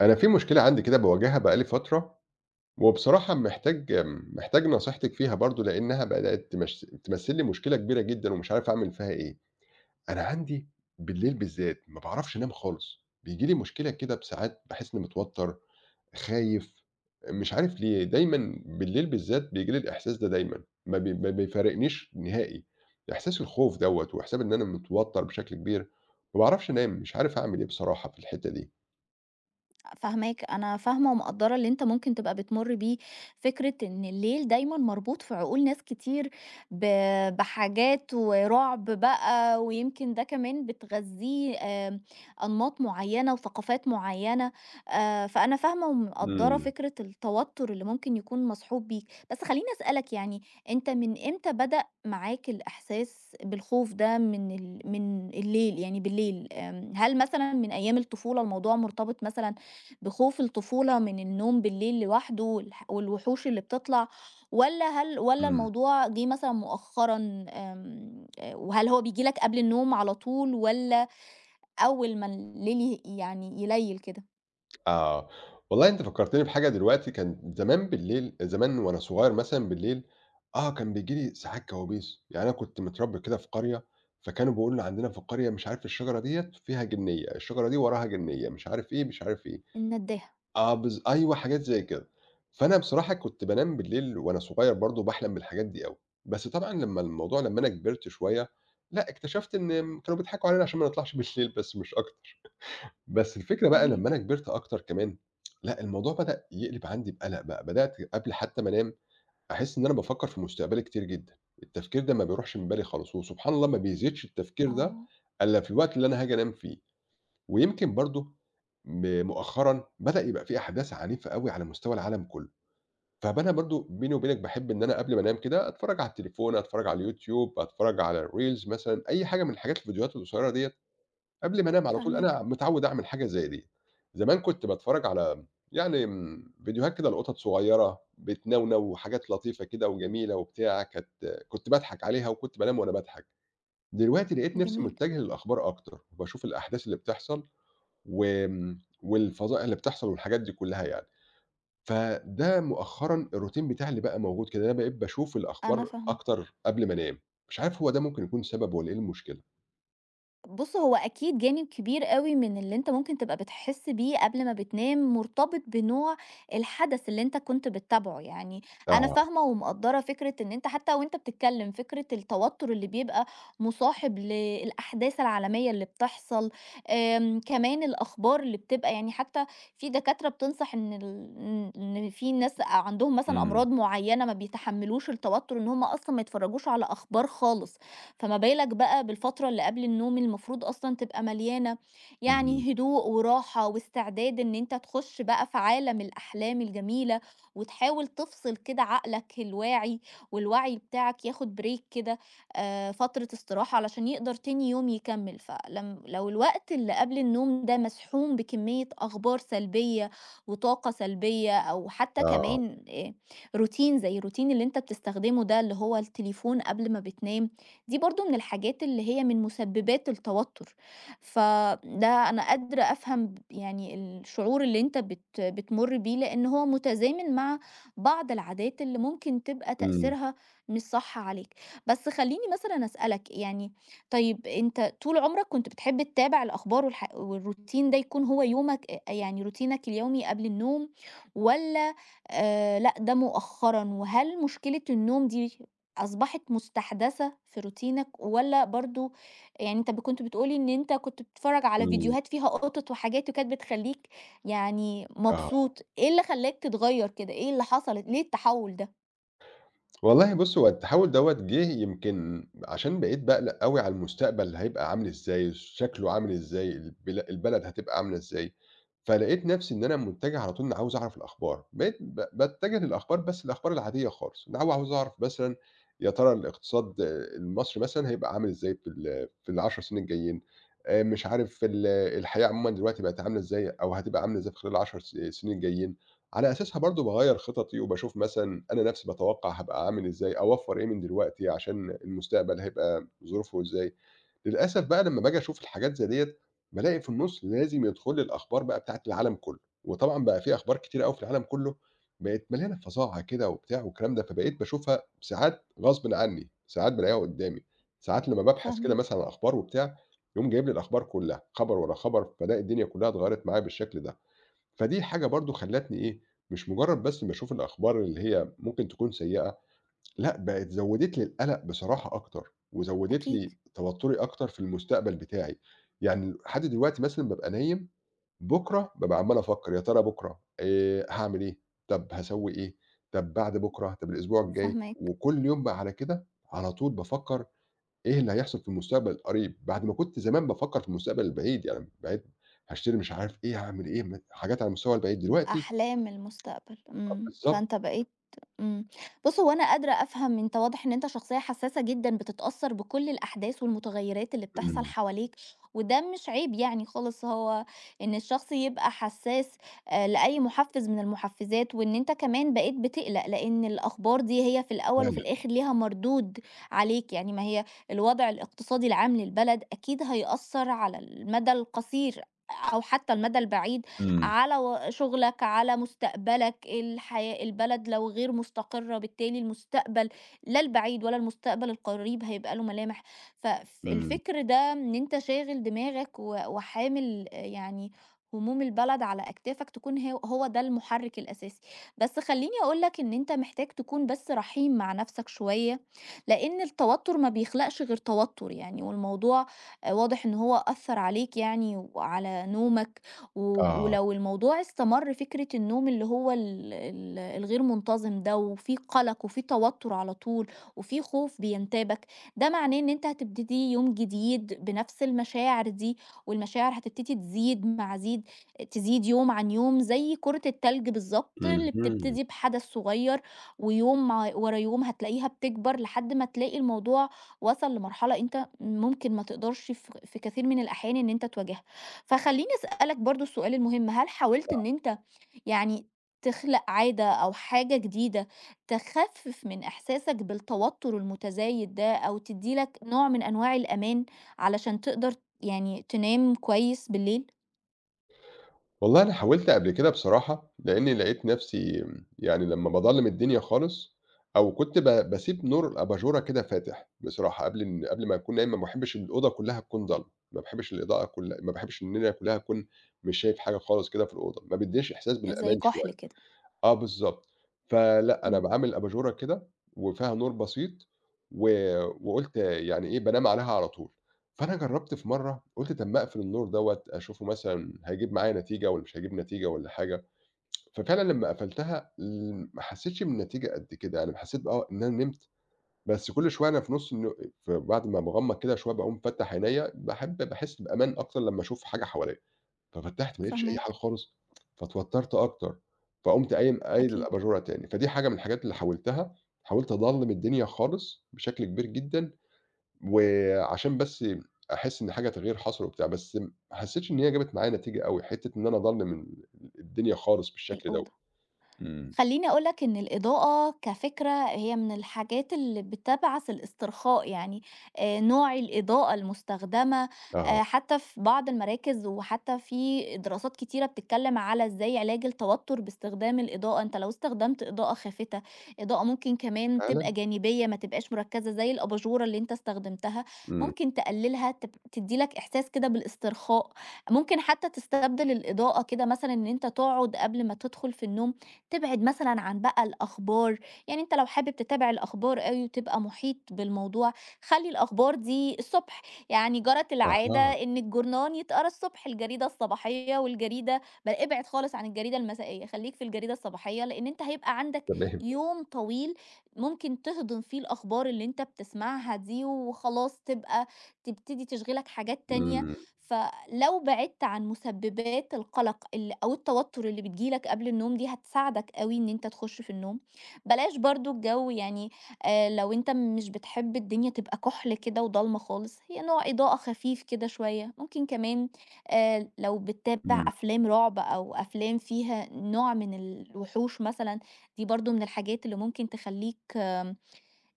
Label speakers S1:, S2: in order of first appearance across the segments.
S1: أنا في مشكلة عندي كده باواجهها بقى لي فترة، وبصراحة محتاج محتاج نصيحتِك فيها برضه لإنها بدأت تمثّل لي مشكلة كبيرة جدًا ومش عارف أعمل فيها إيه. أنا عندي بالليل بالذات ما باعرفش أنام خالص، بييجي لي مشكلة كده بساعات باحس إنّي متوتّر، خايف، مش عارف ليه، دايمًا بالليل بالذات بييجي لي الإحساس ده دايمًا، ما بيفارقنيش نهائي، إحساس الخوف دوّة وإحساس إن أنا متوتّر بشكل كبير، ما باعرفش أنام، مش عارف أعمل إيه بصراحة في الحتّة دي.
S2: فاهماك، أنا فاهمة ومقدّرة اللي أنت ممكن تبقى بتمُر بيه. فكرة إن الليل دايمًا مربوط في عقول ناس كتير ب بحاجات ورعب بقى، ويمكن ده كمان بتغذّيه أنماط معيّنة وثقافات معيّنة. فأنا فاهمة ومقدّرة
S1: إمم،
S2: فكرة التوتر اللي ممكن يكون مصحوب بيك، بس خلّيني أسألك يعني أنت من إمتى بدأ معاك الإحساس بالخوف ده من الليل، يعني بالليل، هل مثلًا من أيام الطفولة الموضوع مرتبط مثلًا بخوف الطفولة من النوم بالليل لوحده والوحوش اللي بتطلع، والّا والّا
S1: إمم.
S2: الموضوع جِه مثلًا مؤخرًا آمم، وهل هو بييجي لك قبل النوم على طول والّا أول ما الليل يعني يليل كده؟
S1: آه، والله أنت فكّرتني بحاجة دلوقتي، كان زمان بالليل زمان وأنا صغير مثلًا بالليل، آه، كان بييجي لي ساعات كوابيس، يعني أنا كنت متربّي كده في قرية، فكانوا بيقولوا لنا عندنا في القرية مش عارف الشجرة ديّة فيها جنيّة، الشجرة دي وراها جنيّة، مش عارف إيه، مش عارف إيه،
S2: الندّاهة.
S1: آه بالض أيوه حاجات زي كده، فأنا بصراحة كنت بانام بالليل وأنا صغير برضه باحلم بالحاجات دي أوي، بس طبعًا لمّا أنا كبرت شوية، لأ اكتشفت إن كانوا بيضحكوا علينا عشان ما نطلعش بالليل بس مش أكتر. بس الفكرة بقى لمّا أنا
S2: فاهماك.
S1: كبرت أكتر كمان، لأ الموضوع بدأ يقلب عندي بقلق بقى، بدأت قبل حتى ما أنام أحس إن أنا بافكّر في مستقبلي كتير جدًا، التفكير ده ما بيروحش من بالي خالص، وسبحان الله ما بيزيدش التفكير ده
S2: آه.
S1: إلا في الوقت اللي أنا هاجي أنام فيه، ويمكن برضه مؤخرًا بدأ يبقى في أحداث عنيفة أوي على مستوى العالم كله، فأنا برضه بيني وبينك باحب إن أنا قبل ما أنام كده أتفرّج على التليفون، أتفرّج على اليوتيوب، أتفرّج على الreels مثلًا، أي حاجة من الحاجات الفيديوهات القصيرة ديّة قبل ما انام على طول
S2: فاهماك.
S1: أنا متعوّد أعمل حاجة زي ديّة، زمان كنت باتفرّج على يعني فيديوهات كده لقطط صغيّرة بتنونو وحاجات لطيفة كده وجميلة وبتاع، كنت باضحك عليها وكنت بانام وأنا باضحك، دلوقتي لقيت نفْسي
S2: جميل.
S1: متجه للأخبار أكتر، وباشوف الأحداث اللي بتحصل والفظائع اللي بتحصل والحاجات دي كلّها يعني، فده مؤخرًا الروتين بتاعي اللي بقى موجود كده، أنا بقيت باشوف
S2: أنا
S1: الأخبار
S2: فاهمة.
S1: أكتر قبل ما انام، مش عارف هو ده ممكن يكون سبب والّا إيه المشكلة؟
S2: بُص، هو أكيد جانب كبير أوي من اللي أنت ممكن تبقى بتحس بيه قبل ما بتنام مرتبط بنوع الحدث اللي أنت كنت بتتابعه. يعني أنا
S1: آه،
S2: فاهمة ومقدّرة فكرة إن أنت حتى وأنت بتتكلم فكرة التوتر اللي بيبقى مصاحب للأحداث العالمية اللي بتحصل. كمان الأخبار اللي بتبقى يعني حتى في دكاترة بتنصح إن ال إن إن في ناس عندهم مثلًا
S1: إمم،
S2: أمراض معينة ما بيتحملوش التوتر إن هم أصلًا ما يتفرجوش على أخبار خالص. فما بالك بقى بالفترة اللي قبل النوم المفروض أصلًا تبقى مليانة
S1: اهم،
S2: يعني هدوء وراحة واستعداد إن أنت تخش بقى في عالم الأحلام الجميلة، وتحاول تفصل كده عقلك الواعي والوعي بتاعك ياخد بريك كده، فترة استراحة علشان يقدر تاني يوم يكمّل. لو الوقت اللي قبل النوم ده مسحوم بكمية أخبار سلبية وطاقة سلبية أو حتى
S1: آه.
S2: كمان روتين زي الروتين اللي أنت بتستخدمه ده اللي هو التليفون قبل ما بتنام، دي برضه من الحاجات اللي هي من مسببات التوتر. فده أنا قادرة أفهم يعني الشعور اللي أنت بتمُر بيه، لإن هو متزامن مع بعض العادات اللي ممكن تبقى
S1: إمم،
S2: تأثيرها مش صح عليك. بس خلّيني مثلًا أسألك يعني طيب أنت طول عمرك كنت بتحب تتابع الأخبار والروتين ده يكون هو يومك يعني روتينك اليومي قبل النوم والّا، لأ ده مؤخرًا؟ وهل مشكلة النوم دي أصبحت مستحدثة في روتينك والّا برضه يعني أنت كنت بتقول لي إن أنت كنت بتتفرّج على
S1: إمم،
S2: فيديوهات فيها قطط وحاجات وكانت بتخلّيك يعني
S1: آه.
S2: مبسوط، إيه اللي خلّاك تتغيّر كده، إيه اللي حصلت، ليه التحوّل ده؟
S1: والله بُص، هو التحوّل دوّة جِه يمكن عشان بقيت باقلق أوي على المستقبل هيبقى عامل إزاي، شكله عامل إزاي، البلد هتبقى عاملة إزاي، فلقيت نَفْسي إن أنا مُتجه على طول إن عاوز أعرف الأخبار، بقيت ب باتجه للأخبار بس الأخبار العادية خالص، أنا عاوز أعرف مثلًا يا ترى الاقتصاد المصري مثلًا هيبقى عامل إزاي في ال10 سنين الجايين، مش عارف الحياة عمومًا دلوقتي بقت عاملة إزاي أو هتبقى عاملة إزاي في خلال ال10 سنين الجايين. على أساسها برضه باغيّر خططي وباشوف مثلًا أنا نَفْسي باتوقّع هابقى عامل إزاي، أوفّر إيه من دلوقتي عشان المستقبل هيبقى ظروفه إزاي. للأسف بقى لمّا باجي أشوف الحاجات زي ديّة، بالاقي في النُص لازم يدخل لي الأخبار بقى بتاعة العالم كُلّه، وطبعًا بقى في أخبار كتيرة أوي في العالم كُلّه بقت مليانة فظاعة كده وبتاع والكلام ده، فبقيت باشوفها ساعات غصبٍ عني، ساعات بالاقيها قدّامي، ساعات لمّا بابحث كده
S2: فاهماك.
S1: مثلًا عن أخبار وبتاع، يقوم جايب لي الأخبار كُلّها، خبر ورا خبر، فالاقي الدنيا كُلّها اتغيّرت معايا بالشكل ده. فدي حاجة برضه خلّتني إيه، مش مجرّد بس باشوف الأخبار اللي هي ممكن تكون سيئة، لأ بقت زوّدت لي القلق بصراحة أكتر، وزوّدت
S2: أكيد.
S1: لي توتُّري أكتر في المستقبل بتاعي، يعني لحد دلوقتي مثلًا بابقى نايم، بُكرة بابقى عمّال أفكّر يا ترى بُكرة هاعمل إيه، طَب هاسوّي إيه، طَب بعد بُكرة، طَب الأسبوع الجاي،
S2: فاهماك.
S1: وكلّ يوم بقى على كده، على طول بافكّر إيه اللي هيحصل في المستقبل القريب، بعد ما كنت زمان بافكّر في المستقبل البعيد، يعني بعيد هاشتري مش عارف إيه، هاعمل إيه، حاجات على المستوى البعيد، دلوقتي
S2: أحلام المستقبل. إمم.
S1: بالضبط
S2: فأنت بقيت. إمم. بُص، هو أنا قادرة أفهم أنت واضح إن أنت شخصية حساسة جدًا بتتأثّر بكل الأحداث والمتغيّرات اللي بتحصل
S1: إمم،
S2: حواليك، وده مش عيب يعني خالص، هو إن الشخص يبقى حسّاس لأي مُحفّز من المُحفّزات، وإن أنت كمان بقيت بتقلق لإن الأخبار دي هي في الأول وفي
S1: فعلًا.
S2: الآخر ليها مردود عليك. يعني ما هي الوضع الاقتصادي العام للبلد أكيد هيأثّر على المدى القصير أو حتى المدى البعيد
S1: إمم،
S2: على شغلك، على مستقبلك، الحياة البلد لو غير مستقرة بالتالي المستقبل لا البعيد ولا المستقبل القريب هيبقى له ملامح.
S1: إمم.
S2: الفكر ده إن أنت شاغل دماغك وحامل يعني هموم البلد على أكتافك تكون هو ده المحرك الأساسي. بس خلّيني أقول لك إن أنت محتاج تكون بس رحيم مع نفسك شوية، لإن التوتر ما بيخلقش غير توتر يعني. والموضوع واضح إن هو أثّر عليك يعني وعلى نومك، و
S1: آه،
S2: ولو الموضوع استمر فكرة النوم اللي هو ال ال الغير منتظم ده وفي قلق وفي توتر على طول وفي خوف بينتابك، ده معناه إن أنت هتبتدي يوم جديد بنفس المشاعر دي، والمشاعر هتبتدي تزيد مع زيد تزيد يوم عن يوم زي كرة التلج بالضبط اللي
S1: اهم.
S2: بتبتدي بحدث صغير، ويوم مع ورا يوم هتلاقيها بتكبر لحد ما تلاقي الموضوع وصل لمرحلة أنت ممكن ما تقدرش في كثير من الأحيان إن أنت تواجهها. فخلّيني أسألك برضه السؤال المهم، هل حاولت إن أنت يعني تخلق عادة أو حاجة جديدة تخفِّف من إحساسك بالتوتر المتزايد ده أو تدّي لك نوع من أنواع الأمان علشان تقدر يعني تنام كويس بالليل؟
S1: والله أنا حاولت قبل كده بصراحة، لإني لقيت نفسي يعني لمّا باضلّم الدنيا خالص أو كنت ب باسيب نور الأباجورة كده فاتح بصراحة قبل ما أكون نايم، ما باحبش الأوضة كلّها تكون ضلمة، ما باحبش الإضاءة كلّها ما باحبش إن أنا كلّها أكون مش شايف حاجة خالص كده في الأوضة، ما بيدّينيش إحساس
S2: زي
S1: بالأمان
S2: كُحْل
S1: شوية.
S2: كده.
S1: آه بالضبط. فلأ، أنا
S2: إمم.
S1: باعمل أباجورة كده وفيها نور بسيط و وقُلت يعني إيه، بانام عليها على طول. فأنا جرّبت في مرّة قُلت طَب ما أقفل النور دوّة أشوفه مثلًا هيجيب معايا نتيجة والّا مش هيجيب نتيجة والّا حاجة، ففعلًا لمّا قفلتها ما حسيتش بالنتيجة قد كده، يعني حسيت آه إن أنا نمت، بس كل شوية أنا في نُص الن ف بعد ما باغمّض كده شوية باقوم فاتح عينيّا، باحس بأمان أكتر لمّا أشوف حاجة حواليّا. ففتّحت ما لقيتش أي حاجة
S2: فاهماك.
S1: خالص، فاتوتّرت أكتر، فقُمت قايم قايل
S2: أكيد.
S1: الأباجورة تاني، فدي حاجة من الحاجات اللي حاولتها، حاولت أضلِّم الدنيا خالص بشكل كبير جدًا، وعشان بس أحس إن حاجة تغيير حصل وبتاع، بس ما حسيتش إن هي جابت معايا نتيجة أوي، حتّة إن أنا أضلِّم الدنيا خالص بالشكل دوّة.
S2: الأوضة.
S1: إمم،
S2: خلّيني أقول لك إن الإضاءة كفكرة هي من الحاجات اللي بتبعث الاسترخاء، يعني نوع الإضاءة المستخدمة،
S1: آه،
S2: حتى في بعض المراكز وحتى في دراسات كتيرة بتتكلّم على إزاي علاج التوتر باستخدام الإضاءة. أنت لو استخدمت إضاءة خافتة، إضاءة ممكن كمان تبقى
S1: فعلًا؟
S2: جانبية ما تبقاش مركّزة زي الأباجورة اللي أنت استخدمتها،
S1: إمم،
S2: ممكن تقلّلها تدّي لك إحساس كده بالاسترخاء. ممكن حتى تستبدل الإضاءة كده، مثلًا إن أنت تقعد قبل ما تدخل في النوم تبعد مثلًا عن بقى الأخبار. يعني أنت لو حابب تتابع الأخبار أوي وتبقى محيط بالموضوع، خلّي الأخبار دي الصبح. يعني جرت العادة
S1: أها،
S2: إن الجورنان يتقرا الصبح، الجريدة الصباحية والجريدة ابعد خالص عن الجريدة المسائية، خلّيك في الجريدة الصباحية، لإن أنت هيبقى عندك
S1: تمام،
S2: يوم طويل ممكن تهضم فيه الأخبار اللي أنت بتسمعها دي، وخلاص تبقى تبتدي تشغلك حاجات تانية.
S1: إمم،
S2: فلو بعدت عن مسببات القلق أو التوتر اللي بتيجي لك قبل النوم دي هتساعدك أوي إن أنت تخش في النوم. بلاش برضه الجو يعني لو أنت مش بتحب الدنيا تبقى كحل كده وضلمة خالص، هي نوع إضاءة خفيف كده شوية. ممكن كمان لو بتتابع
S1: إمم،
S2: أفلام رعب أو أفلام فيها نوع من الوحوش مثلًا، دي برضه من الحاجات اللي ممكن تخلّيك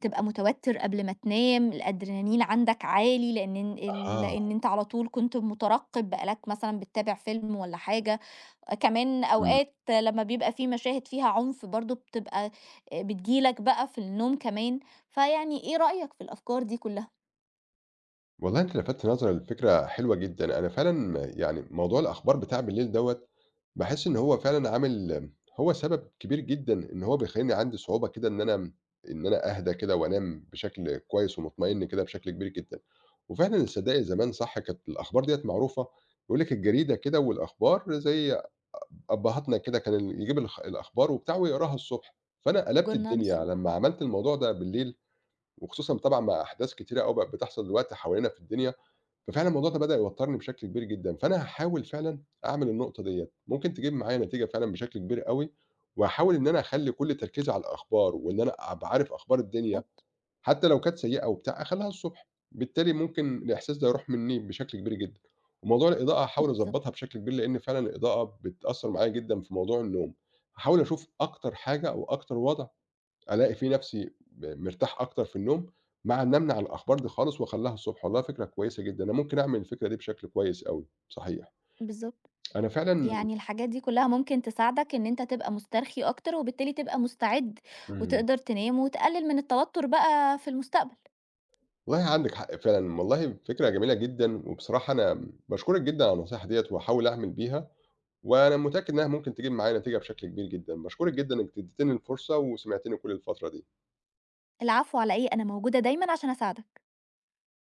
S2: تبقى متوتر قبل ما تنام. الأدرينالين عندك عالي لإن إن ال
S1: أها،
S2: إن أنت على طول كنت مترقب، بقى لك مثلًا بتتابع فيلم والّا حاجة. كمان
S1: إمم.
S2: أوقات لمّا بيبقى في مشاهد فيها عنف برضه بتبقى بتيجي لك بقى في النوم كمان. فيعني إيه رأيك في الأفكار دي كلها؟
S1: والله أنت لفتت نظري لفكرة حلوة جدًا، أنا فعلًا يعني موضوع الأخبار بتاع بالليل دوّة، باحس إن هو فعلًا هو سبب كبير جدًا إن هو بيخلّيني عندي صعوبة كده إن أنا أهدى كده وأنام بشكل كويس ومطمئن كده بشكل كبير جدًا، وفعلًا صدّقي زمان صح كانت الأخبار ديّة معروفة، يقول لِك الجريدة كده والأخبار زي أبّهاتنا كده كان ال يجيب الخ الأخبار وبتاع ويقراها الصبح، فأنا قلبت
S2: جورنال
S1: الدنيا
S2: الصبح.
S1: لمّا عملت الموضوع ده بالليل، وخصوصًا طبعًا مع أحداث كتيرة أوي بقت بتحصل دلوقتي حوالينا في الدنيا، ففعلًا الموضوع ده بدأ يوتّرني بشكل كبير جدًا، فأنا هاحاول فعلًا أعمل النقطة ديّة، ممكن تجيب معايا نتيجة فعلًا بشكل كبير أوي، وهاحاول إن أنا أخلّي كل تركيزي على الأخبار، وإن أنا أبقى عارف أخبار الدنيا،
S2: بالضبط.
S1: حتى لو كانت سيئة وبتاع أخلّيها الصبح، بالتالي ممكن الإحساس ده يروح منّي بشكل كبير جدًا، وموضوع الإضاءة هاحاول أضبّطها
S2: بالضبط.
S1: بشكل كبير، لإن فعلًا الإضاءة بتأثّر معايا جدًا في موضوع النوم، هاحاول أشوف أكتر حاجة أو أكتر وضع ألاقي في نفسي مرتاح أكتر في النوم، مع إني أمنع الأخبار دي خالص وأخلّيها الصبح، والله فكرة كويسة جدًا، أنا ممكن أعمل الفكرة دي بشكل كويس أوي، صحيح.
S2: بالضبط.
S1: أنا فعلًا
S2: يعني الحاجات دي كلها ممكن تساعدك إن أنت تبقى مسترخي أكتر، وبالتالي تبقى مستعد
S1: إمم،
S2: وتقدر تنام وتقلل من التوتر بقى في المستقبل.
S1: والله عندِك حق فعلًا، والله فكرة جميلة جدًا، وبصراحة أنا باشكرِك جدًا على النصيحة ديّة، وهاحاول أعمل بيها، وأنا متأكد إنها ممكن تجيب معايا نتيجة بشكل كبير جدًا، باشكرِك جدًا إنِّك اديتيني الفرصة وسمعتيني كل الفترة دي.
S2: العفو على إيه، أنا موجودة دايمًا عشان أساعدك.